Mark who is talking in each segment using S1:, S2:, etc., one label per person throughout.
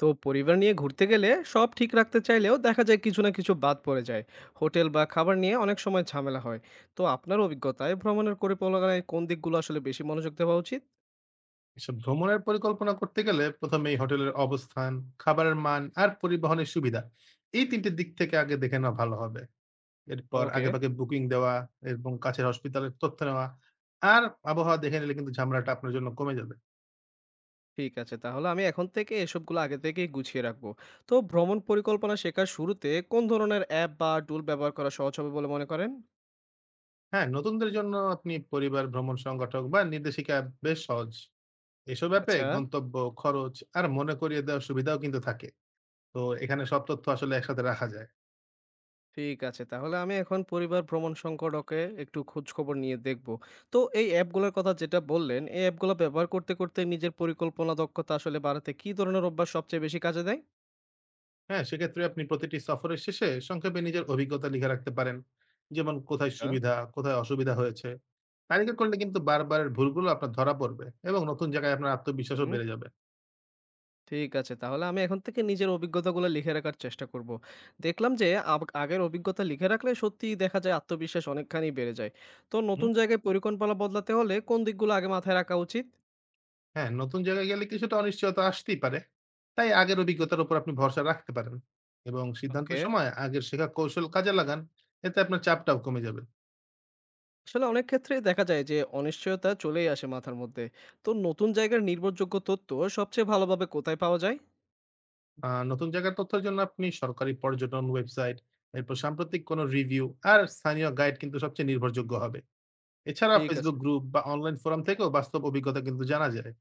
S1: তো পরিবার নিয়ে ঘুরতে গেলে সব ঠিক রাখতে চাইলেও দেখা যায় কিছু না কিছু বাদ পড়ে যায়। হোটেল বা খাবার নিয়ে অনেক সময় ঝামেলা হয়। তো আপনার অভিজ্ঞতায় ভ্রমণের পরিকল্পনায় কোন দিকগুলো আসলে বেশি মনোযোগ দেওয়া উচিত?
S2: এসব ভ্রমণের পরিকল্পনা করতে গেলে প্রথমেই হোটেলের অবস্থান, খাবারের মান আর পরিবহনের সুবিধা, এই তিনটে দিক থেকে আগে দেখে নেওয়া ভালো হবে। এরপর
S1: ওকে।
S2: আগেভাগে বুকিং দেওয়া এবং কাছের হসপিটালের তথ্য নেওয়া, আর আবহাওয়া দেখে নিলে কিন্তু ঝামেলাটা আপনার জন্য কমে যাবে।
S1: ঠিক আছে, তাহলে আমি এখন থেকে এসবগুলো আগে থেকেই গুছিয়ে রাখবো। তো ভ্রমণ পরিকল্পনা শেখার শুরুতে কোন ধরনের অ্যাপ বা টুল ব্যবহার করা সহজ হবে বলে মনে করেন?
S2: হ্যাঁ, নতুনদের জন্য আপনি পরিবার ভ্রমণ সংগঠক বা নির্দেশিকা বেশ সহজ। এসব অ্যাপে
S1: আচ্ছা।
S2: গন্তব্য, খরচ আর মনে করিয়ে দেওয়ার সুবিধাও কিন্তু থাকে। তো এখানে সব তথ্য আসলে একসাথে রাখা যায়।
S1: ঠিক আছে। তাহলে আমি এখন পরিবার ভ্রমণ সংকটকে একটু খোঁজ খবর নিয়ে দেখব। তো এই অ্যাপগুলোর কথা যেটা বললেন, এই অ্যাপগুলো ব্যবহার করতে নিজের পরিকল্পনা দক্ষতা আসলে বাড়াতে কি ধরনের অভ্যাস সবচেয়ে বেশি কাজে দেয়?
S2: হ্যাঁ, সেক্ষেত্রে আপনি প্রতিটি সফরের শেষে সংক্ষেপে নিজের অভিজ্ঞতা লিখে রাখতে পারেন। যেমন কোথায়
S1: হ্যাঁ।
S2: সুবিধা, কোথায় অসুবিধা হয়েছে। তালিকা করলে কিন্তু বারবারের ভুলগুলো আপনার ধরা পড়বে এবং নতুন জায়গায় আপনার আত্মবিশ্বাসও
S1: হুম,
S2: বেড়ে যাবে।
S1: ঠিক আছে। তাহলে আমি এখন থেকে নিজের অভিজ্ঞতাগুলো লিখে রাখার চেষ্টা করব। দেখলাম যে আগের অভিজ্ঞতা লিখে রাখলে সত্যিই দেখা যায় আত্মবিশ্বাস অনেকখানি বেড়ে যায়। তো
S2: হুম।
S1: নতুন জায়গায় পরিকল্পনা বদলাতে হলে কোন দিকগুলো আগে মাথায় রাখা উচিত?
S2: হ্যাঁ, নতুন জায়গায় গেলে কিছুটা অনিশ্চয়তা আসতেই পারে। তাই আগের অভিজ্ঞতার উপর আপনি ভরসা রাখতে পারেন এবং
S1: ওকে।
S2: সিদ্ধান্তের সময় আগের শেখা কৌশল কাজে লাগান। এতে আপনার চাপটাও কমে যাবে।
S1: আসলে অনেক ক্ষেত্রেই দেখা যায় যে অনিশ্চয়তা চলেই আসে মাথার মধ্যে। তো নতুন জায়গার নির্ভরযোগ্য তথ্য সবচেয়ে ভালোভাবে কোথায় পাওয়া যায়?
S2: নতুন জায়গার তথ্যের জন্য আপনি সরকারি পর্যটন ওয়েবসাইট, এরপর সাম্প্রতিক কোনো রিভিউ আর স্থানীয় গাইড কিন্তু সবচেয়ে নির্ভরযোগ্য হবে। এছাড়া
S1: ঠিক
S2: Facebook
S1: আছে।
S2: গ্রুপ বা অনলাইন ফোরাম থেকেও বাস্তব অভিজ্ঞতা কিন্তু জানা যায়।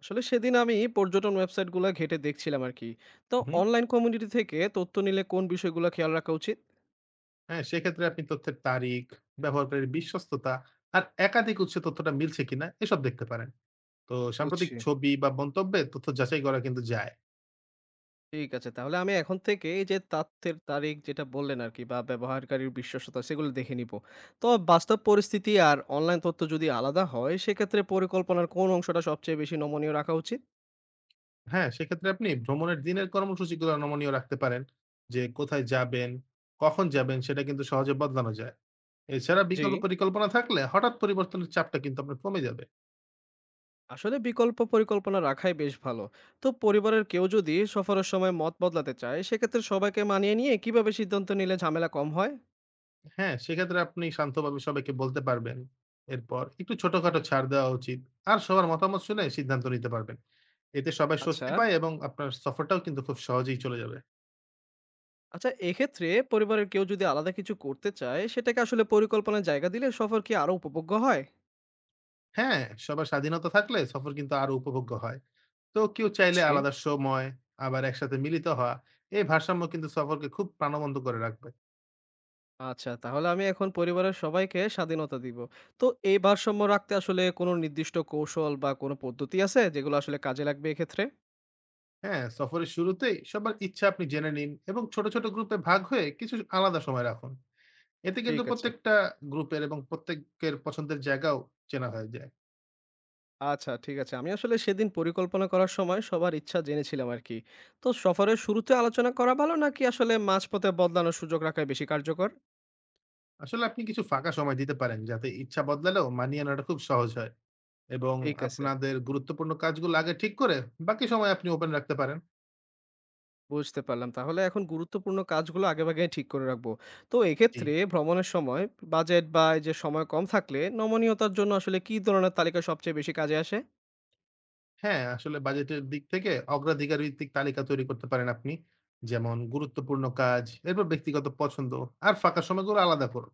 S1: আসলে সেদিন আমি পর্যটন ওয়েবসাইটগুলো ঘেঁটে দেখছিলাম আরকি। তো
S2: হুম।
S1: অনলাইন কমিউনিটি থেকে তথ্য নিলে কোন বিষয়গুলো খেয়াল রাখা উচিত?
S2: হ্যাঁ, সেক্ষেত্রে আপনি তথ্যের তারিখ, ব্যবহারকারীর বিশ্বস্ততা আর একাধিক উৎসে তথ্যটা মিলছে কিনা এসব দেখতে পারেন। তো সাম্প্রতিক
S1: বুঝছি।
S2: ছবি বা মন্তব্যে তথ্য যাচাই করা কিন্তু যায়।
S1: ঠিক আছে। তাহলে আমি এখন থেকে এই যে তথ্যের তারিখ যেটা বললেন আরকি বা ব্যবহারকারীর বিশ্বস্ততা সেগুলো দেখে নিব। তো বাস্তব পরিস্থিতি আর অনলাইন তথ্য যদি আলাদা হয় সেক্ষেত্রে পরিকল্পনার কোন অংশটা সবচেয়ে বেশি নমনীয় রাখা উচিত?
S2: হ্যাঁ, সেক্ষেত্রে আপনি ভ্রমণের দিনের কর্মসূচিগুলো নমনীয় রাখতে পারেন। যে কোথায় যাবেন, কখন যাবেন সেটা কিন্তু সহজে বদলানো যায়। এছাড়া
S1: জি।
S2: বিকল্প পরিকল্পনা থাকলে হঠাৎ পরিবর্তনের চাপটা কিন্তু আপনার কমে যাবে।
S1: আসলে বিকল্প পরিকল্পনা রাখাই বেশ ভালো। তো পরিবারের কেউ যদি সফরের সময় মত বদলাতে চায় সেক্ষেত্রে সবাইকে মানিয়ে নিয়ে কিভাবে সিদ্ধান্ত নিলে ঝামেলা কম হয়?
S2: হ্যাঁ, সেক্ষেত্রে আপনি শান্তভাবে সবাইকে বলতে পারবেন। এরপর একটু ছোটখাটো ছাড় দেওয়া উচিত। আর সবার মতামত শুনে সিদ্ধান্ত নিতে পারবেন। এতে সবাই
S1: আচ্ছা।
S2: স্বস্তি পায় এবং আপনার সফরটাও কিন্তু খুব সহজেই চলে যাবে।
S1: আচ্ছা, এক্ষেত্রে পরিবারের কেউ যদি আলাদা কিছু করতে চায় সেটাকে আসলে পরিকল্পনার জায়গা দিলে সফর কি আরো উপভোগ্য হয়?
S2: হ্যাঁ, সবার স্বাধীনতা থাকলে সফর কিন্তু আরো উপভোগ্য হয়। তো কেউ চাইলে
S1: বুঝছি।
S2: আলাদা সময়, আবার একসাথে মিলিত হওয়া, এই ভারসাম্য কিন্তু সফরকে খুব প্রাণবন্ত করে রাখবে।
S1: আচ্ছা, তাহলে আমি এখন পরিবারের সবাইকে স্বাধীনতা দিব। তো এই ভারসাম্য রাখতে আসলে কোনো নির্দিষ্ট কৌশল বা কোনো পদ্ধতি আছে যেগুলো আসলে কাজে লাগবে এক্ষেত্রে?
S2: হ্যাঁ, সফরের শুরুতেই সবার ইচ্ছা আপনি জেনে নিন এবং ছোট, ছোট গ্রুপে ভাগ হয়ে কিছু আলাদা সময় রাখুন। এতে কিন্তু
S1: ঠিক আছে।
S2: প্রত্যেকটা গ্রুপের এবং প্রত্যেকের পছন্দের জায়গাও চেনা হয়ে যায়।
S1: আচ্ছা, ঠিক আছে। আমি আসলে সেদিন পরিকল্পনা করার সময় সবার ইচ্ছা জেনেছিলাম আরকি। তো সফরের শুরুতে আলোচনা করা ভালো নাকি আসলে মাঝপথে বদলানোর সুযোগ রাখাই বেশি কার্যকর?
S2: আসলে আপনি কিছু ফাঁকা সময় দিতে পারেন যাতে ইচ্ছা বদলালেও মানিয়ে নেওয়াটা খুব সহজ হয় এবং
S1: ঠিক আছে,
S2: আপনাদের গুরুত্বপূর্ণ কাজগুলো আগে ঠিক করে বাকি সময় আপনি ওপেন রাখতে পারেন।
S1: বুঝতে পারলাম। তাহলে এখন গুরুত্বপূর্ণ কাজগুলো আগেভাগেই ঠিক করে রাখবো। তো
S2: জি।
S1: এক্ষেত্রে ভ্রমণের সময় বাজেট বা এই যে সময় কম থাকলে নমনীয়তার জন্য আসলে কী ধরনের তালিকা সবচেয়ে বেশি কাজে আসে?
S2: হ্যাঁ, আসলে বাজেটের দিক থেকে অগ্রাধিকার ভিত্তিক তালিকা তৈরি করতে পারেন আপনি। যেমন গুরুত্বপূর্ণ কাজ, এরপর ব্যক্তিগত পছন্দ আর ফাঁকা সময়গুলো আলাদা করুন।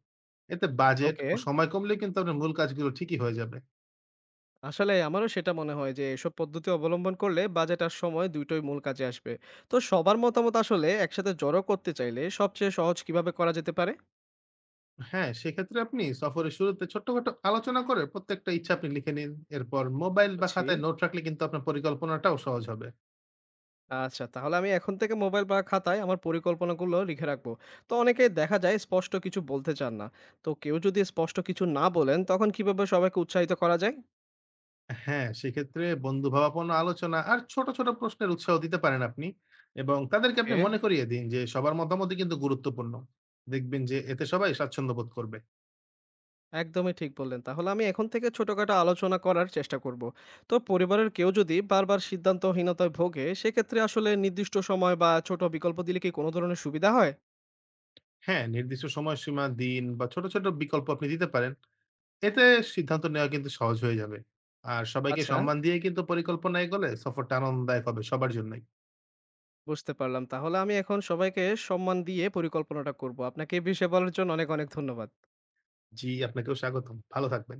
S2: এতে বাজেট
S1: ওকে।
S2: ও সময় কমলে কিন্তু আপনার মূল কাজগুলো ঠিকই হয়ে যাবে।
S1: আসলে আমারও সেটা মনে হয় যে এসব পদ্ধতি অবলম্বন করলে বাজেট আর সময় দুইটোই মূল কাজে আসবে। তো সবার মতামত আসলে একসাথে জড়ো করতে চাইলে সবচেয়ে সহজ কিভাবে করা যেতে পারে?
S2: হ্যাঁ, সেক্ষেত্রে আপনি সফরের শুরুতে ছোট্টখাটো আলোচনা করে প্রত্যেকটা ইচ্ছা আপনি লিখে নিন। এরপর মোবাইল বা
S1: বুঝছি।
S2: খাতায় নোট রাখলে কিন্তু আপনার পরিকল্পনাটাও সহজ হবে।
S1: আচ্ছা, তাহলে আমি এখন থেকে মোবাইল বা খাতায় আমার পরিকল্পনাগুলো লিখে রাখবো। তো অনেকে দেখা যায় স্পষ্ট কিছু বলতে চান না। তো কেউ যদি স্পষ্ট কিছু না বলেন তখন কিভাবে সবাইকে উৎসাহিত করা যায়?
S2: হ্যাঁ, সেক্ষেত্রে বন্ধুভাবাপন্ন আলোচনা আর ছোট, ছোট প্রশ্নের উৎসাহ দিতে পারেন আপনি এবং তাদেরকে আপনি
S1: ওকে।
S2: মনে করিয়ে দিন যে সবার মতামতই কিন্তু গুরুত্বপূর্ণ। দেখবেন যে এতে সবাই স্বাচ্ছন্দ্য বোধ করবে।
S1: একদমই ঠিক বললেন। তাহলে আমি এখন থেকে ছোটখাটো আলোচনা করার চেষ্টা করব। তো পরিবারের কেউ যদি বারবার সিদ্ধান্তহীনতায় ভোগে, সেক্ষেত্রে আসলে নির্দিষ্ট সময় বা ছোট বিকল্প দিলে কি কোনো ধরনের সুবিধা হয়?
S2: হ্যাঁ, নির্দিষ্ট সময়সীমা, দিন বা ছোট, ছোট বিকল্প আপনি দিতে পারেন। এতে সিদ্ধান্ত নেওয়া কিন্তু সহজ হয়ে যাবে। আর সবাইকে
S1: আচ্ছা,
S2: সম্মান দিয়ে কিন্তু পরিকল্পনা এগোলে সফরটা আনন্দদায়ক হবে সবার জন্যই।
S1: বুঝতে পারলাম। তাহলে আমি এখন সবাইকে সম্মান দিয়ে পরিকল্পনাটা করব। আপনাকে এই বিষয়ে বলার জন্য অনেক, অনেক ধন্যবাদ।
S2: জি, আপনাকেও স্বাগতম। ভালো থাকবেন।